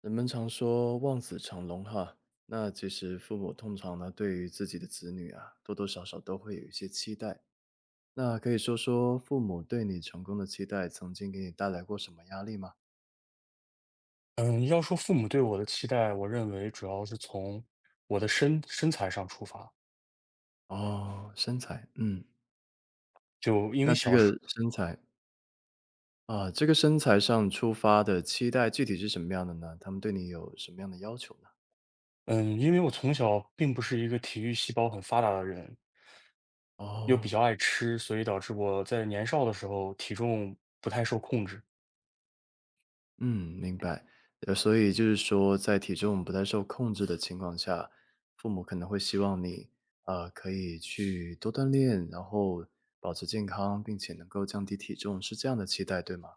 人们常说望子成龙哈，那其实父母通常呢，对于自己的子女啊，多多少少都会有一些期待。那可以说说父母对你成功的期待，曾经给你带来过什么压力吗？嗯，要说父母对我的期待，我认为主要是从我的身材上出发。哦，身材，嗯，就因那为这小个时身材啊，这个身材上出发的期待具体是什么样的呢？他们对你有什么样的要求呢？嗯，因为我从小并不是一个体育细胞很发达的人，又比哦。较爱吃，所以导致我在年少的时候体重不太受控制。嗯，明白。所以就是说，在体重不太受控制的情况下，父母可能会希望你，可以去多锻炼，然后保持健康，并且能够降低体重，是这样的期待，对吗？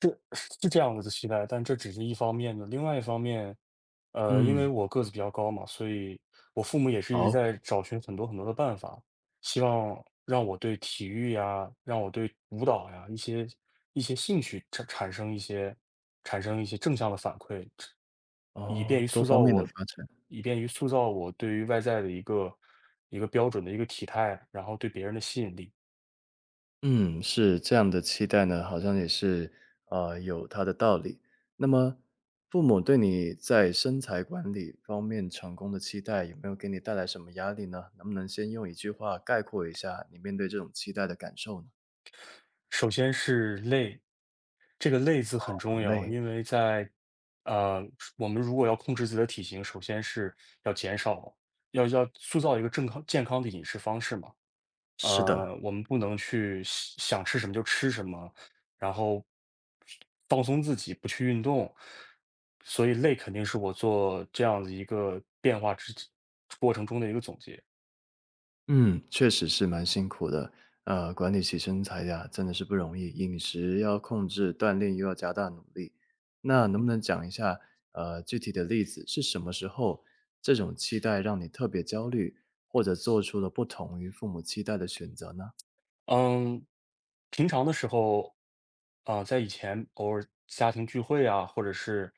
是是这样子的期待，但这只是一方面的。另外一方面，因为嗯，我个子比较高嘛，所以我父母也是一直好，在找寻很多很多的办法，希望让我对体育呀，让我对舞蹈呀一些兴趣产生一些正向的反馈，以哦，便于多塑方造面的我，发展。以便于塑造我对于外在的一个标准的一个体态，然后对别人的吸引力。嗯，是，这样的期待呢，好像也是，有它的道理。那么父母对你在身材管理方面成功的期待，有没有给你带来什么压力呢？能不能先用一句话概括一下你面对这种期待的感受呢？首先是累，这个累字很很重要，累。因为在呃，我们如果要控制自己的体型，首先是要减少，要塑造一个健康的饮食方式嘛。是的。我们不能去想吃什么就吃什么，然后放松自己，不去运动，所以累肯定是我做这样子一个变化之过程中的一个总结。嗯，确实是蛮辛苦的。管理起身材呀，真的是不容易，饮食要控制，锻炼又要加大努力。那能不能讲一下，具体的例子是什么时候这种期待让你特别焦虑，或者做出了不同于父母期待的选择呢？嗯，平常的时候，在以前偶尔家庭聚会啊，或者是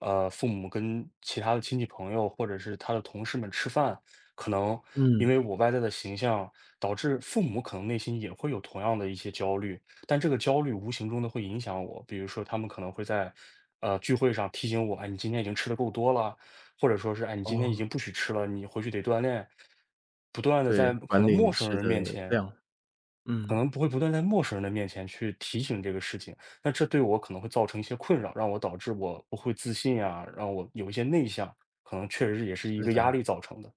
父母跟其他的亲戚朋友，或者是他的同事们吃饭，可能因嗯，为我外在的形象，导致父母可能内心也会有同样的一些焦虑，但这个焦虑无形中的会影响我，比如说他们可能会在聚会上提醒我，哎，你今天已经吃的够多了，或者说是哎，你今天已哦，经不许吃了，你回去得锻炼，不断的对，在可管能理你陌生吃人面的前。量。可嗯，能不会不断在陌生人的面前去提醒这个事情，那这对我可能会造成一些困扰，导致我不会自信啊，让我有一些内向，可能确实也是一是个的，压力造成的。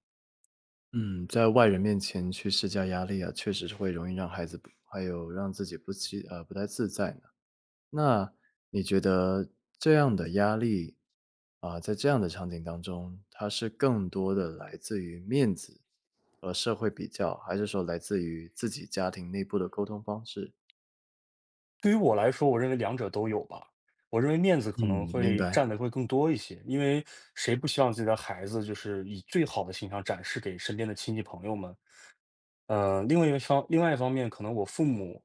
嗯，在外人面前去施加压力啊，确实是会容易让孩子不还有让自己不期不太自在呢。那你觉得这样的压力，啊，在这样的场景当中，它是更多的来自于面子和社会比较，还是说来自于自己家庭内部的沟通方式？对于我来说，我认为两者都有吧。我认为面子嗯，可能明会白，占的会更多一些，因为谁不希望自己的孩子就是以最好的形象展示给身边的亲戚朋友们？另外一方面，可能我父母，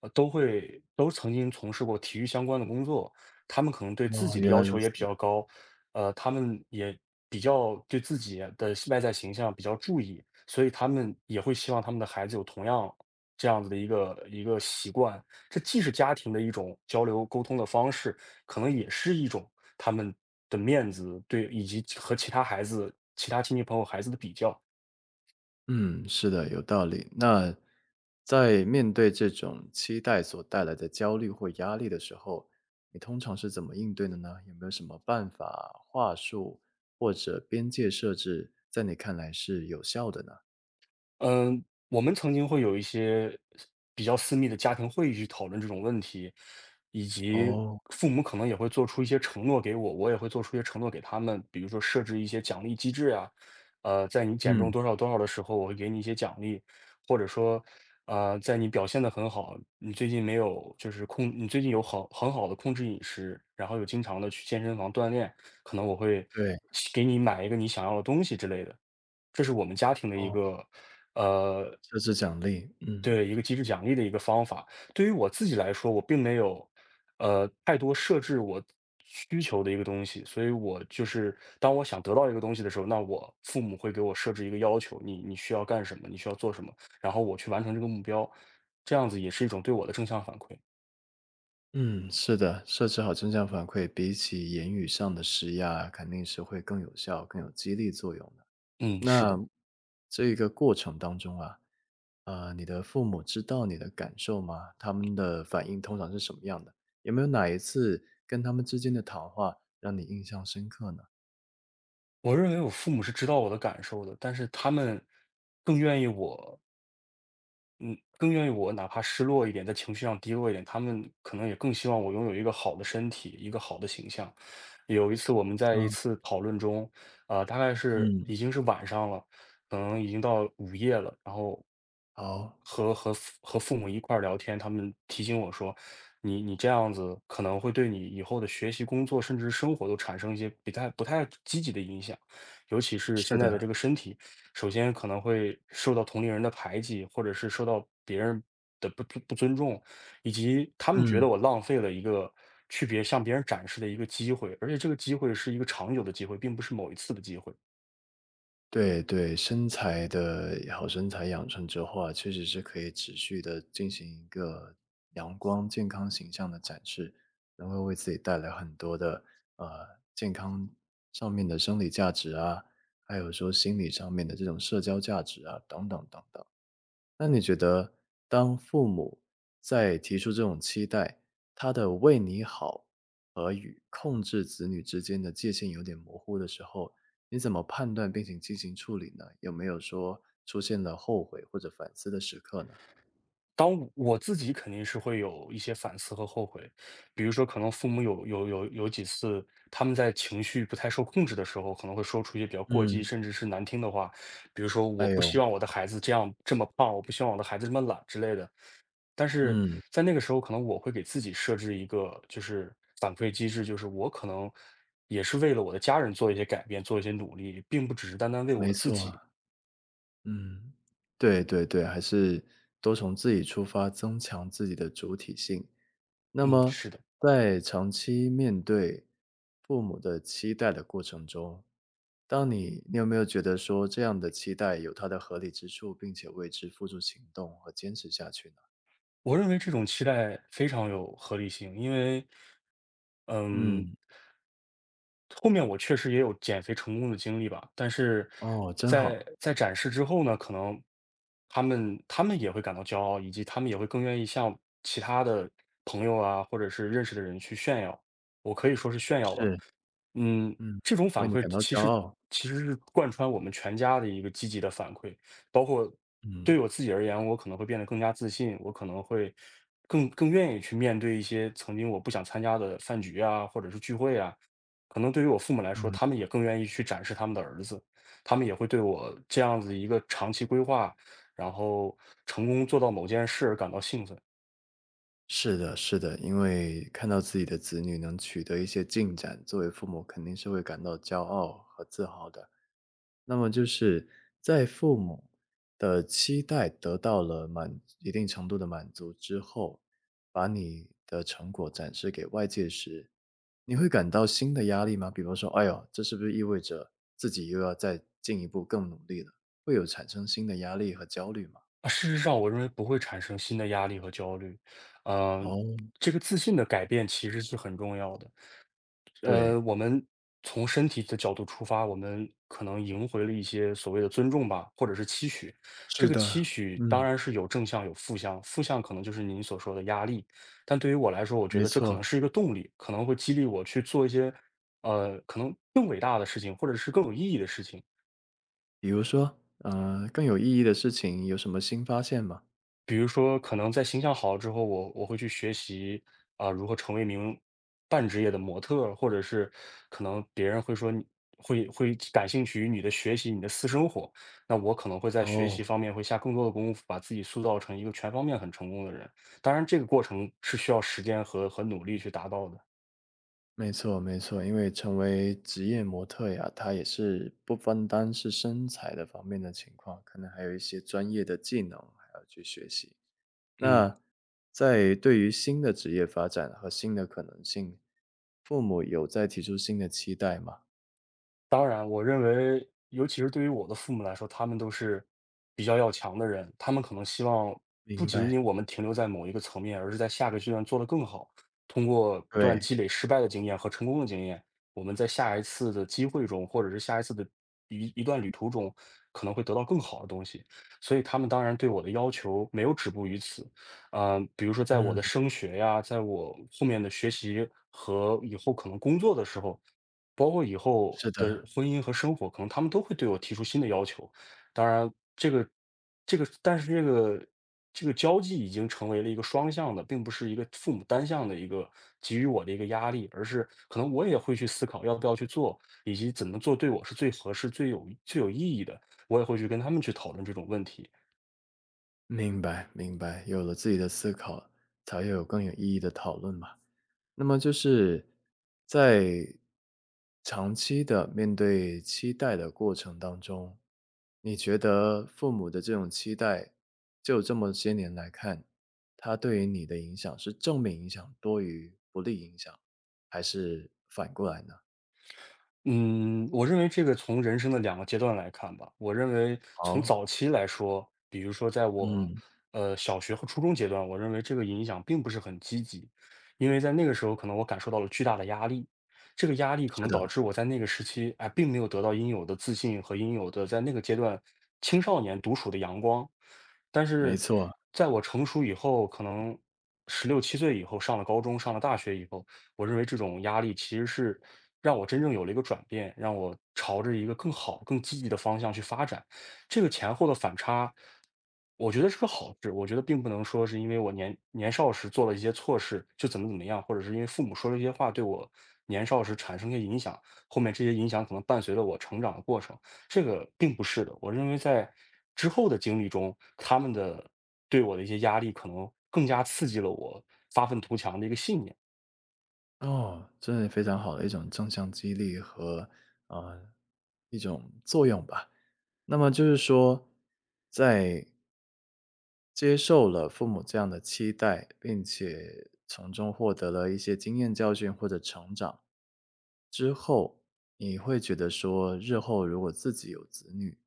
都曾经从事过体育相关的工作，他们可能对自哦，己的原来要如求此。也比较高，他们也比较对自己的外在形象比较注意，所以他们也会希望他们的孩子有同样这样子的一个习惯。这既是家庭的一种交流沟通的方式，可能也是一种他们的面子，对，以及和其他孩子、其他亲戚朋友孩子的比较。嗯，是的，有道理。那在面对这种期待所带来的焦虑或压力的时候，你通常是怎么应对的呢？有没有什么办法、话术或者边界设置，在你看来是有效的呢？嗯，我们曾经会有一些比较私密的家庭会议去讨论这种问题，以及哦，父母可能也会做出一些承诺给我，我也会做出一些承诺给他们，比如说设置一些奖励机制呀，在你减重嗯，多少多少的时候，我会给你一些奖励，或者说，在你表现的很好，你最近没有就是控，你最近很好的控制饮食，然后有经常的去健身房锻炼，可能我会对，给你买一个你想要的东西之类的。这是我们家庭的一哦，个，呃，设置奖励，嗯对，一个机制奖励的一个方法。对于我自己来说，我并没有，太多设置我需求的一个东西，所以我就是当我想得到一个东西的时候，那我父母会给我设置一个要求，你需要干什么，你需要做什么，然后我去完成这个目标，这样子也是一种对我的正向反馈。嗯，是的，设置好正向反馈，比起言语上的施压，肯定是会更有效、更有激励作用的。嗯，是那的。这个过程当中啊，你的父母知道你的感受吗？他们的反应通常是什么样的？有没有哪一次跟他们之间的谈话让你印象深刻呢？我认为我父母是知道我的感受的，但是他们更愿意我嗯，更愿意我哪怕失落一点，在情绪上低落一点，他们可能也更希望我拥有一个好的身体，一个好的形象。有一次我们在一啊，次讨论中，大概是嗯，已经是晚上了，可能已经到午夜了，然后好，和父母一块儿聊天，他们提醒我说，你这样子可能会对你以后的学习、工作，甚至是生活都产生一些不太积极的影响，尤其是是现在的的，这个身体。首先可能会受到同龄人的排挤，或者是受到别人的不尊重，以及他们觉得嗯。我浪费了一个去别向别人展示的一个机会，而且这个机会是一个长久的机会，并不是某一次的机会。对对，身材的好身材养成之后啊，确实是可以持续的进行一个阳光、健康形象的展示，能够为自己带来很多的，呃，健康上面的生理价值啊，还有说心理上面的这种社交价值啊，等等等等。那你觉得当父母在提出这种期待，他的“为你好”和与控制子女之间的界限有点模糊的时候，你怎么判断并且进行处理呢？有没有说出现了后悔或者反思的时刻呢？当我自己肯定是会有一些反思和后悔，比如说可能父母有几次，他们在情绪不太受控制的时候，可能会说出一些比较过激，嗯。甚至是难听的话，比如说哎我不呦，希望我的孩子这么胖，我不希望我的孩子这么懒之类的。但是嗯，在那个时候，可能我会给自己设置一个就是反馈机制，就是我可能也是为了我的家人做一些改变，做一些努力，并不只是单单为没我自己。错，嗯，对对对，还是多从自己出发，增强自己的主体性，那嗯，么，是的。在长期面对父母的期待的过程中，当你有没有觉得说这样的期待有它的合理之处，并且为之付出行动和坚持下去呢？我认为这种期待非常有合理性，因为，嗯，嗯，后面我确实也有减肥成功的经历吧，但是哦，真在好，在展示之后呢，可能他们也会感到骄傲，以及他们也会更愿意向其他的朋友啊，或者是认识的人去炫耀，我可以说是炫耀吧。是，嗯，嗯，这种为反你馈感到骄傲，其实是贯穿我们全家的一个积极的反馈，包括嗯。对我自己而言，我可能会变得更加自信，我可能会更愿意去面对一些曾经我不想参加的饭局啊，或者是聚会啊。可能对于我父母来说，嗯，他们也更愿意去展示他们的儿子，他们也会对我这样子一个长期规划，然后成功做到某件事而感到兴奋。是的，是的，因为看到自己的子女能取得一些进展，作为父母肯定是会感到骄傲和自豪的。那么就是在父母的期待得到了满一定程度的满足之后，把你的成果展示给外界时，你会感到新的压力吗？比方说，哎呦，这是不是意味着自己又要再进一步更努力了？会有产生新的压力和焦虑吗？啊，事实上，我认为不会产生新的压力和焦虑。嗯、哦，这个自信的改变其实是很重要的。对。我们从身体的角度出发，我们可能赢回了一些所谓的尊重吧，或者是期许。是这个的。期许嗯，当然是有正向有负向，负向可能就是您所说的压力。但对于我来说，我觉没得这可能错。是一个动力，可能会激励我去做一些可能更伟大的事情，或者是更有意义的事情。比如说，更有意义的事情有什么新发现吗？比如说可能在形象好之后，我会去学习如何成为一名半职业的模特儿，或者是可能别人会说会感兴趣于你的学习、你的私生活，那我可能会在学哦。习方面会下更多的功夫，把自己塑造成一个全方面很成功的人。当然，这个过程是需要时间和努力去达到的。没错没错，因为成为职业模特呀，它也是不分单是身材的方面的情况，可能还有一些专业的技能还要去学习。嗯。那在对于新的职业发展和新的可能性，父母有在提出新的期待吗？当然，我认为，尤其是对于我的父母来说，他们都是比较要强的人，他们可能希望不明仅仅白，我们停留在某一个层面，而是在下个阶段做得更好。通过不对，断积累失败的经验和成功的经验，我们在下一次的机会中，或者是下一次的一段旅途中，可能会得到更好的东西。所以他们当然对我的要求没有止步于此，比如说在我嗯，的升学呀，在我后面的学习和以后可能工作的时候。包括以后是的的，婚姻和生活，可能他们都会对我提出新的要求。当然，这个但是这个交际已经成为了一个双向的，并不是一个父母单向的一个给予我的一个压力，而是可能我也会去思考要不要去做，以及怎么做对我是最合适、最有意义的，我也会去跟他们去讨论这种问题。明白明白，有了自己的思考，才会有更有意义的讨论嘛。那么就是在长期的面对期待的过程当中，你觉得父母的这种期待，就这么些年来看，它对于你的影响是正面影响多于不利影响，还是反过来呢？嗯，我认为这个从人生的两个阶段来看吧，我认为从好，早期来说，比如说在我嗯，小学和初中阶段，我认为这个影响并不是很积极，因为在那个时候可能我感受到了巨大的压力，这个压力可是能的，导致我在那个时期并没有得到应有的自信和应有的在那个阶段青少年独处的阳光，但没是错。在我成熟以后，可能十六七岁以后上了高中，上了大学以后，我认为这种压力其实是让我真正有了一个转变，让我朝着一个更好、更积极的方向去发展。这个前后的反差，我觉得是个好事。我觉得并不能说是因为我年少时做了一些错事，就怎么怎么样，或者是因为父母说了一些话对我年少时产生一些影响，后面这些影响可能伴随了我成长的过程。这个并不是的。我认为在之后的经历中，他们的对我的一些压力，可能更加刺激了我发愤图强的一个信念。哦，真的非常好的一种正向激励和，啊一种作用吧。那么就是说，在接受了父母这样的期待，并且从中获得了一些经验教训或者成长之后，你会觉得说，日后如果自己有子女，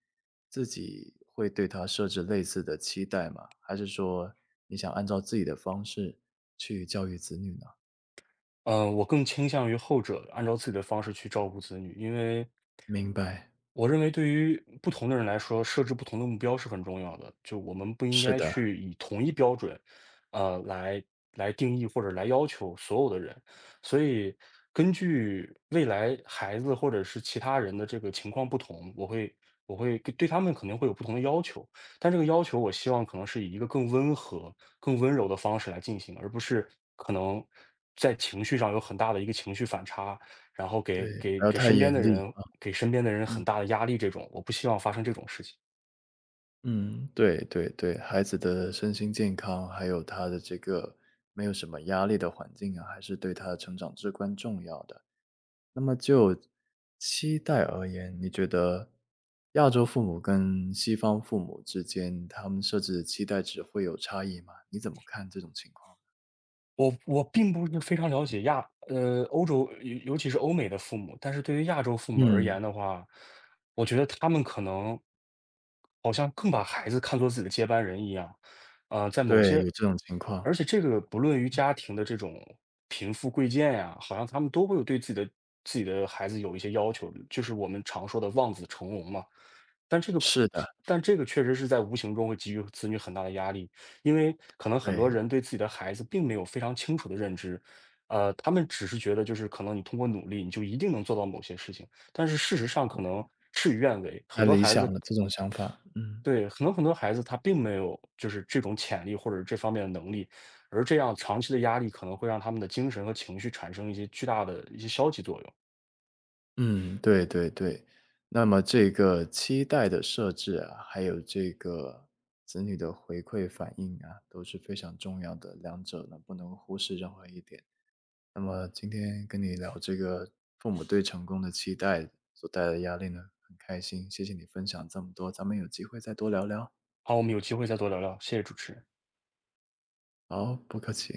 自己会对他设置类似的期待吗？还是说你想按照自己的方式去教育子女呢？嗯，我更倾向于后者，按照自己的方式去照顾子女，因为明白，我认为对于不同的人来说，设置不同的目标是很重要的。就我们不应是该的，去以同一标准，呃，来来定义或者来要求所有的人。所以，根据未来孩子或者是其他人的这个情况不同，我会对他们肯定会有不同的要求。但这个要求我希望可能是以一个更温和、更温柔的方式来进行，而不是可能在情绪上有很大的一个情绪反差，然后给对，不给要给太身严边的厉人啊，给身边的人嗯。很大的压力，这种我不希望发生这种事情。嗯，对对对，孩子的身心健康，还有他的这个没有什么压力的环境啊，还是对他的成长至关重要的。那么就期待而言，你觉得亚洲父母跟西方父母之间，他们设置的期待值会有差异吗？你怎么看这种情况？我并不是非常了解欧洲，尤其是欧美的父母，但是对于亚洲父母而嗯，言的话，我觉得他们可能好像更把孩子看作自己的接班人一样，在某对，些，有这种情况。而且这个不论于家庭的这种贫富贵贱呀，好像他们都会有对自己的孩子有一些要求，就是我们常说的望子成龙嘛。但这个是的，但这个确实是在无形中会给予子女很大的压力，因为可能很多对，人对自己的孩子并没有非常清楚的认知，他们只是觉得就是可能你通过努力你就一定能做到某些事情，但是事实上可能事与愿违，很太多理孩子想了，这种想法，嗯。对，可能很多孩子他并没有就是这种潜力或者这方面的能力，而这样长期的压力可能会让他们的精神和情绪产生一些巨大的一些消极作用。嗯，对对对。那么这个期待的设置啊，还有这个子女的回馈反应啊，都是非常重要的，两者呢不能忽视任何一点。那么今天跟你聊这个父母对成功的期待所带来的压力呢，很开心，谢谢你分享这么多，咱们有机会再多聊聊。好，我们有机会再多聊聊，谢谢主持人。好，不客气。